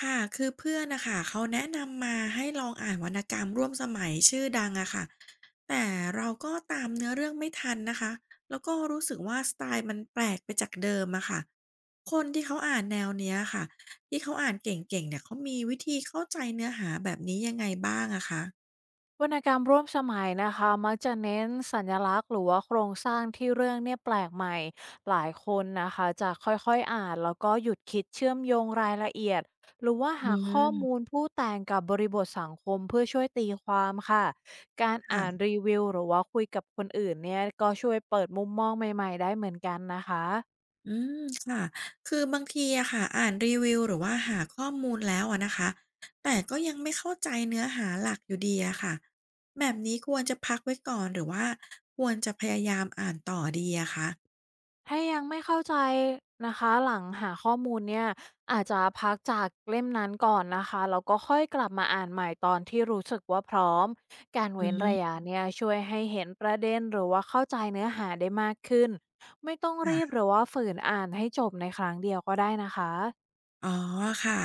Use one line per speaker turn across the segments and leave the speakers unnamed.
ค่ะคือเพื่อนน่ะค่ะเขาแนะนำมาให้ลองอ่านวรรณกรรมร่วมสมัยชื่อดังอะค่ะแต่เราก็ตามเนื้อเรื่องไม่ทันนะคะแล้วก็รู้สึกว่าสไตล์มันแปลกไปจากเดิมอะค่ะคนที่เขาอ่านแนวเนี้ยค่ะที่เขาอ่านเก่งๆเนี่ยเขามีวิธีเข้าใจเนื้อหาแบบนี้ยังไงบ้างอะคะ
วรรณกรรมร่วมสมัยนะคะมักจะเน้นสัญลักษณ์หรือว่าโครงสร้างที่เรื่องเนี่ยแปลกใหม่หลายคนนะคะจะค่อยๆอ่านแล้วก็หยุดคิดเชื่อมโยงรายละเอียดหรือว่า
อื
หาข้อมู
ม
ลผู้แต่งกับบริบทสังคมเพื่อช่วยตีความค่ะการอ่าน
ค่ะ
รีวิวหรือว่าคุยกับคนอื่นเนี่ยก็ช่วยเปิดมุมมองใหม่ๆได้เหมือนกันนะคะ
อืมค่ะคือบางทีอะค่ะอ่านรีวิวหรือว่าหาข้อมูลแล้วอะนะคะแต่ก็ยังไม่เข้าใจเนื้อหาหลักอยู่ดีอะค่ะแบบนี้ควรจะพักไว้ก่อนหรือว่าควรจะพยายามอ่านต่อดีอะคะ
ถ้ายังไม่เข้าใจนะคะหลังหาข้อมูลเนี่ยอาจจะพักจากเล่มนั้นก่อนนะคะแล้วก็ค่อยกลับมาอ่านใหม่ตอนที่รู้สึกว่าพร้อมการ
อื
เว้นระ
ม
ยะเนี่ยช่วยให้เห็นประเด็นหรือว่าเข้าใจเนื้อหาได้มากขึ้นไม่ต้องรีบห
ค่ะ
รือว่าฝืนอ่านให้จบในครั้งเดียวก็ได้นะคะ
อ๋อค่ะ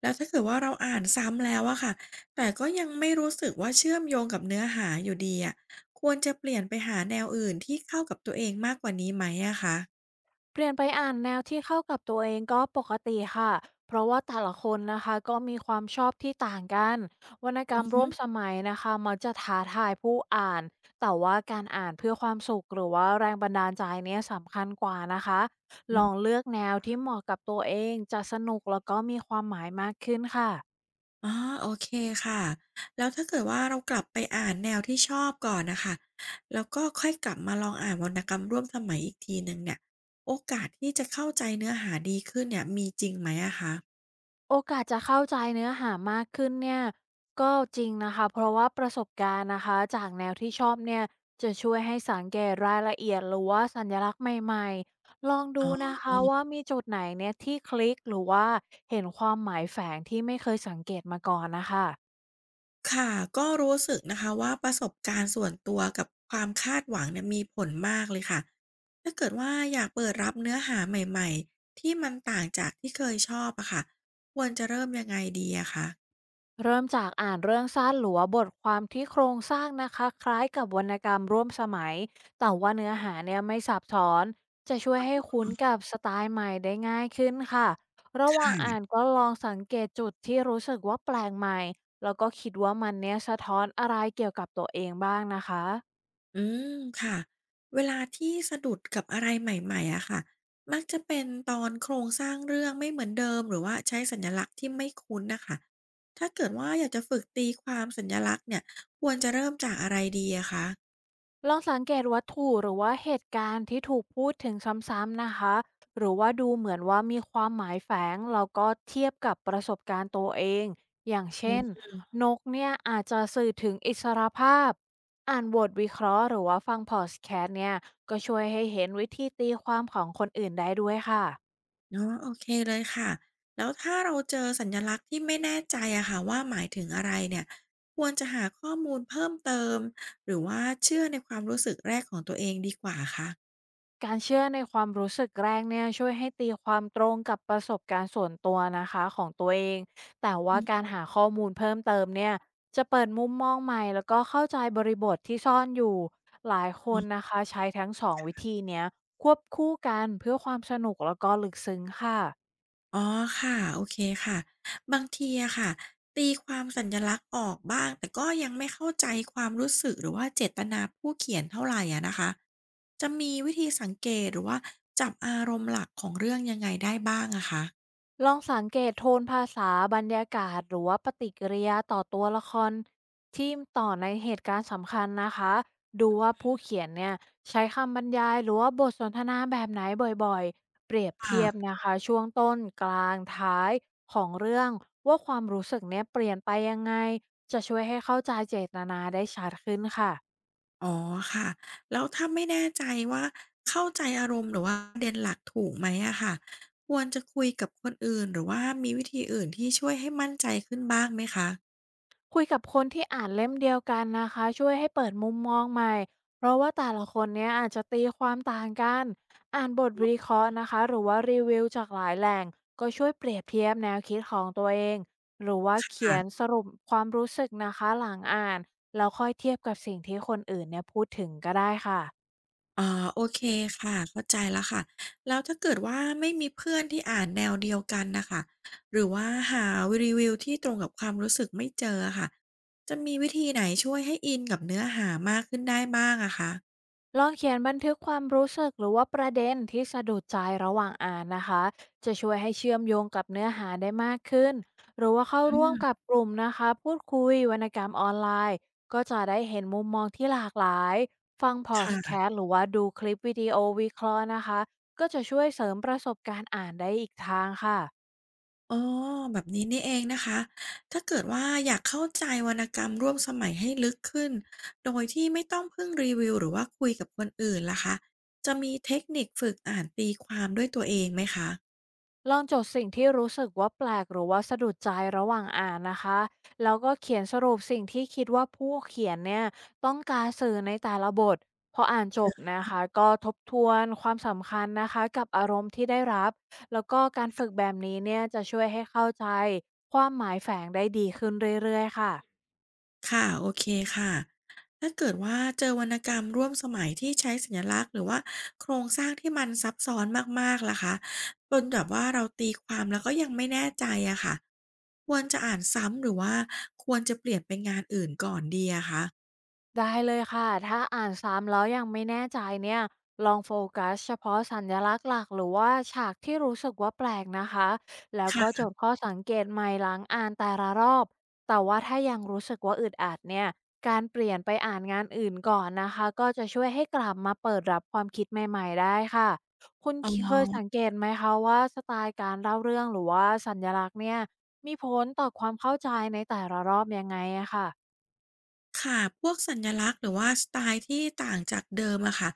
แล้วถ้าเกิดว่าเราอ่านซ้ำแล้วอะค่ะแต่ก็ยังไม่รู้สึกว่าเชื่อมโยงกับเนื้อหาอยู่ดีอะควรจะเปลี่ยนไปหาแนวอื่นที่เข้ากับตัวเองมากกว่านี้ไหมอะคะ
เปลี่ยนไปอ่านแนวที่เข้ากับตัวเองก็ปกติค่ะ เพราะว่าแต่ละคนนะคะก็มีความชอบที่ต่างกันวรรณกร
อื
รม
อ
ร่
ฮึ
วมสมัยนะคะมักจะท้าทายผู้อ่านแต่ว่าการอ่านเพื่อความสุขหรือว่าแรงบันดาลใจเนี่ยสำคัญกว่านะคะ ลองเลือกแนวที่เหมาะกับตัวเองจะสนุกแล้วก็มีความหมายมากขึ้นค่ะ
อ๋อโอเคค่ะแล้วถ้าเกิดว่าเรากลับไปอ่านแนวที่ชอบก่อนน่ะค่ะแล้วก็ค่อยกลับมาลองอ่านวรรณกรรมร่วมสมัยอีกทีหนึ่งเนี่ยโอกาสที่จะเข้าใจเนื้อหาดีขึ้นเนี่ยมีจริงไหมอะคะ
โอกาสจะเข้าใจเนื้อหามากขึ้นเนี่ยก็จริงนะคะเพราะว่าประสบการณ์นะคะจากแนวที่ชอบเนี่ยจะช่วยให้สังเกตรายละเอียดหรือว่าสัญลักษณ์ใหม่ๆลองดู
อ๋อ
นะคะว่ามีจุดไหนเนี่ยที่คลิกหรือว่าเห็นความหมายแฝงที่ไม่เคยสังเกตมาก่อนนะคะ
ค่ะก็รู้สึกนะคะว่าประสบการณ์ส่วนตัวกับความคาดหวังเนี่ยมีผลมากเลยค่ะถ้าเกิดว่าอยากเปิดรับเนื้อหาใหม่ๆที่มันต่างจากที่เคยชอบอะค่ะควรจะเริ่มยังไงดีอะคะ
เริ่มจากอ่านเรื่องสั้นหรือว่าบทความที่โครงสร้างนะคะคล้ายกับวรรณกรรมร่วมสมัยแต่ว่าเนื้อหาเนี่ยไม่ซับซ้อนจะช่วยให้คุ้นกับสไตล์ใหม่ได้ง่ายขึ้นค่ะระ
ค
หว่างอ่าน
่ะ
ก็ลองสังเกตจุดที่รู้สึกว่าแปลกใหม่แล้วก็คิดว่ามันเนี่ยสะท้อนอะไรเกี่ยวกับตัวเองบ้างนะคะ
อืมค่ะเวลาที่สะดุดกับอะไรใหม่ๆอะค่ะมักจะเป็นตอนโครงสร้างเรื่องไม่เหมือนเดิมหรือว่าใช้สัญลักษณ์ที่ไม่คุ้นน่ะค่ะถ้าเกิดว่าอยากจะฝึกตีความสัญลักษณ์เนี่ยควรจะเริ่มจากอะไรดีอะคะ
ลองสังเกตวัตถุหรือว่าเหตุการณ์ที่ถูกพูดถึงซ้ำๆนะคะหรือว่าดูเหมือนว่ามีความหมายแฝงแล้วก็เทียบกับประสบการณ์ตัวเองอย่าง
อื
เช่น
ม
นกเนี่ยอาจจะสื่อถึงอิสรภาพอ่านบทวิเคราะห์หรือว่าฟังพอดแคสต์เนี่ยก็ช่วยให้เห็นวิธีตีความของคนอื่นได้ด้วยค่ะ
อ๋อโอเคเลยค่ะแล้วถ้าเราเจอสัญลักษณ์ที่ไม่แน่ใจอะค่ะว่าหมายถึงอะไรเนี่ยควรจะหาข้อมูลเพิ่มเติมหรือว่าเชื่อในความรู้สึกแรกของตัวเองดีกว่าคะ
การเชื่อในความรู้สึกแรกเนี่ยช่วยให้ตีความตรงกับประสบการณ์ส่วนตัวนะคะของตัวเอง แต่ว่า
อื
การ
ม
หาข้อมูลเพิ่มเติมเนี่ยจะเปิดมุมมองใหม่แล้วก็เข้าใจบริบทที่ซ่อนอยู่ หลายคนนะคะใช้ทั้งสองวิธีเนี้ยควบคู่กันเพื่อความสนุกแล้วก็ลึกซึ้งค่ะ
อ๋อค่ะโอเคค่ะบางทีอะค่ะตีความสัญลักษณ์ออกบ้างแต่ก็ยังไม่เข้าใจความรู้สึกหรือว่าเจตนาผู้เขียนเท่าไหรอะนะคะจะมีวิธีสังเกตหรือว่าจับอารมณ์หลักของเรื่องยังไงได้บ้างอะคะ
ลองสังเกตโทนภาษาบรรยากาศหรือว่าปฏิกิริยาต่อตัวละครที่ต่อในเหตุการณ์สำคัญนะคะดูว่าผู้เขียนเนี่ยใช้คำบรรยายหรือว่าบทสนทนาแบบไหนบ่อยๆเปรียบเทียบ
ค่ะ
นะคะช่วงต้นกลางท้ายของเรื่องว่าความรู้สึกเนี่ยเปลี่ยนไปยังไงจะช่วยให้เข้าใจเจตนาได้ชัดขึ้นค่ะ
อ๋อค่ะแล้วถ้าไม่แน่ใจว่าเข้าใจอารมณ์หรือว่าประเด็นหลักถูกไหมอะค่ะควรจะคุยกับคนอื่นหรือว่ามีวิธีอื่นที่ช่วยให้มั่นใจขึ้นบ้างไหมคะ
คุยกับคนที่อ่านเล่มเดียวกันนะคะช่วยให้เปิดมุมมองใหม่เพราะว่าแต่ละคนเนี้ยอาจจะตีความต่างกันอ่านบทวิเคราะห์นะคะหรือว่ารีวิวจากหลายแหล่งก็ช่วยเปรียบเทียบแนวคิดของตัวเองหรือว่าเขียน
ค่ะ
สรุปความรู้สึกนะคะหลังอ่านแล้วค่อยเทียบกับสิ่งที่คนอื่นเนี่ยพูดถึงก็ได้ค่ะ
อ๋อโอเคค่ะเข้าใจแล้วค่ะแล้วถ้าเกิดว่าไม่มีเพื่อนที่อ่านแนวเดียวกันน่ะค่ะหรือว่าหารีวิวที่ตรงกับความรู้สึกไม่เจออะค่ะจะมีวิธีไหนช่วยให้อินกับเนื้อหามากขึ้นได้บ้างอะคะ
ลองเขียนบันทึกความรู้สึกหรือว่าประเด็นที่สะดุดใจระหว่างอ่านนะคะ จะช่วยให้เชื่อมโยงกับเนื้อหาได้มากขึ้น หรือว่าเข้า
อื
ร่วมกับ
ม
กลุ่มนะคะพูดคุยวรรณกรรมออนไลน์ก็จะได้เห็นมุมมองที่หลากหลาย ฟังพอดแคส
ค่ะ
ต์หรือว่าดูคลิปวิดีโอวิเคราะห์นะคะก็จะช่วยเสริมประสบการณ์อ่านได้อีกทางค่ะ
อ๋อแบบนี้นี่เองนะคะถ้าเกิดว่าอยากเข้าใจวรรณกรรมร่วมสมัยให้ลึกขึ้นโดยที่ไม่ต้องพึ่งรีวิวหรือว่าคุยกับคนอื่นล่ะคะจะมีเทคนิคฝึกอ่านตีความด้วยตัวเองไหมคะ
ลองจดสิ่งที่รู้สึกว่าแปลกหรือว่าสะดุดใจระหว่างอ่านนะคะ แล้วก็เขียนสรุปสิ่งที่คิดว่าผู้เขียนเนี่ยต้องการสื่อในแต่ละบทพออ่านจบนะคะก็ทบทวนความสำคัญนะคะกับอารมณ์ที่ได้รับแล้วก็การฝึกแบบนี้เนี่ยจะช่วยให้เข้าใจความหมายแฝงได้ดีขึ้นเรื่อยๆค่ะ
ค่ะโอเคค่ะถ้าเกิดว่าเจอวรรณกรรมร่วมสมัยที่ใช้สัญลักษณ์หรือว่าโครงสร้างที่มันซับซ้อนมากๆล่ะคะจนแบบว่าเราตีความแล้วก็ยังไม่แน่ใจอะค่ะควรจะอ่านซ้ำหรือว่าควรจะเปลี่ยนไปนงานอื่นก่อนดีอะคะ
ได้เลยค่ะถ้าอ่านซ้ำแล้วยังไม่แน่ใจเนี่ยลองโฟกัสเฉพาะสัญลักษณ์หลักหรือว่าฉากที่รู้สึกว่าแปลกนะคะแล้ว
ค่
ก็จ
ะ
ดข้อสังเกตใหม่หลังอ่านแต่ละรอบแต่ว่าถ้ายังรู้สึกว่าอึดอัดเนี่ยการเปลี่ยนไปอ่านงานอื่นก่อนนะคะก็จะช่วยให้กลับมาเปิดรับความคิดใหม่ๆได้ค่ะคุณ
อ๋
เคยสัง
อ
เกตไหมคะว่าสไตล์การเล่าเรื่องหรือว่าสัญลักษณ์เนี่ยมีผลต่อความเข้าใจในแต่ละรอบยังไงอะค่ะ
ค่ะ พวกสัญลักษณ์หรือว่าสไตล์ที่ต่างจากเดิมอะค่ะ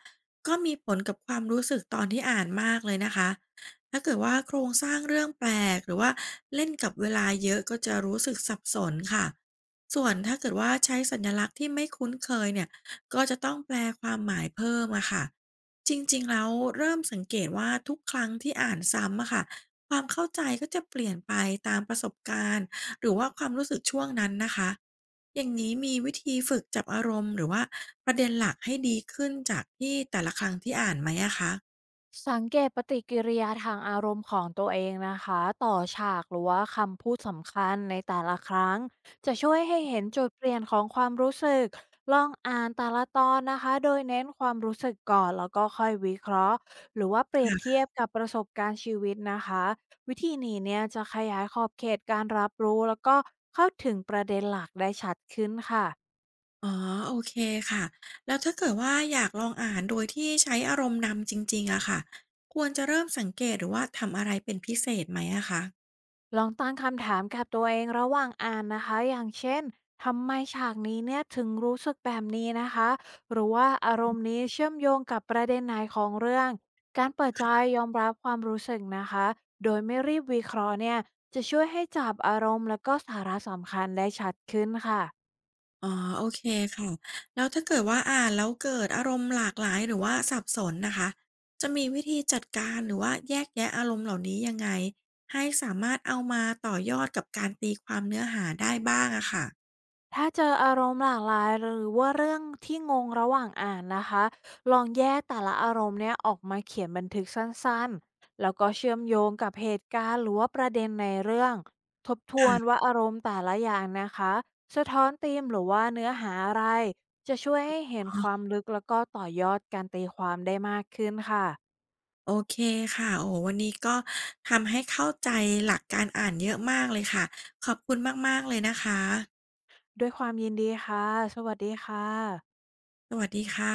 ก็มีผลกับความรู้สึกตอนที่อ่านมากเลยนะคะ ถ้าเกิดว่าโครงสร้างเรื่องแปลกหรือว่าเล่นกับเวลาเยอะก็จะรู้สึกสับสนค่ะ ส่วนถ้าเกิดว่าใช้สัญลักษณ์ที่ไม่คุ้นเคยเนี่ยก็จะต้องแปลความหมายเพิ่มอะค่ะจริงๆแล้วเริ่มสังเกตว่าทุกครั้งที่อ่านซ้ำอะค่ะความเข้าใจก็จะเปลี่ยนไปตามประสบการณ์หรือว่าความรู้สึกช่วงนั้นนะคะ อย่างนี้มีวิธีฝึกจับอารมณ์หรือว่าประเด็นหลักให้ดีขึ้นจากที่แต่ละครั้งที่อ่านไหมอะคะ
สังเกตปฏิกิริยาทางอารมณ์ของตัวเองนะคะต่อฉากหรือว่าคำพูดสำคัญในแต่ละครั้งจะช่วยให้เห็นจุดเปลี่ยนของความรู้สึกลองอ่านแต่ละตอนนะคะโดยเน้นความรู้สึกก่อนแล้วก็ค่อยวิเคราะห์หรือว่าเปรียบเที
ค่ะ
ยบกับประสบการณ์ชีวิตนะคะวิธีนี้เนี่ยจะขยายขอบเขตการรับรู้แล้วก็เข้าถึงประเด็นหลักได้ชัดขึ้นค่ะ
อ๋อโอเคค่ะ แล้วถ้าเกิดว่าอยากลองอ่านโดยที่ใช้อารมณ์นำจริงๆอะค่ะควรจะเริ่มสังเกตหรือว่าทำอะไรเป็นพิเศษไหมอะคะ
ลองตั้งคำถามกับตัวเองระหว่างอ่านนะคะอย่างเช่นทำไมฉากนี้เนี่ยถึงรู้สึกแบบนี้นะคะหรือว่าอารมณ์นี้เชื่อมโยงกับประเด็นไหนของเรื่องการเปิดใจยอมรับความรู้สึกนะคะโดยไม่รีบวิเคราะห์เนี่ยจะช่วยให้จับอารมณ์และก็สาระสำคัญได้ชัดขึ้นค่ะ
อ๋อโอเคค่ะแล้วถ้าเกิดว่าอ่านแล้วเกิดอารมณ์หลากหลายหรือว่าสับสนนะคะจะมีวิธีจัดการหรือว่าแยกแยะอารมณ์เหล่านี้ยังไงให้สามารถเอามาต่อยอดกับการตีความเนื้อหาได้บ้างอะค่ะ
ถ้าเจออารมณ์หลากหลายหรือว่าเรื่องที่งงระหว่างอ่านนะคะลองแยกแต่ละอารมณ์เนี่ยออกมาเขียนบันทึกสั้นๆแล้วก็เชื่อมโยงกับเหตุการณ์หรือว่าประเด็นในเรื่องทบทวน
ค่ะ
ว่าอารมณ์แต่ละอย่างนะคะสะท้อนธีมหรือว่าเนื้อหาอะไรจะช่วยให้เห็น
อ๋
ความ
อ
ลึกแล้วก็ต่อยอดการตีความได้มากขึ้นค่ะ
โอเคค่ะโอ้โฮวันนี้ก็ทำให้เข้าใจหลักการอ่านเยอะมากเลยค่ะขอบคุณมากๆเลยนะคะ
ด้วยความยินดีค่ะสวัสดีค่ะ
สวัสดีค่ะ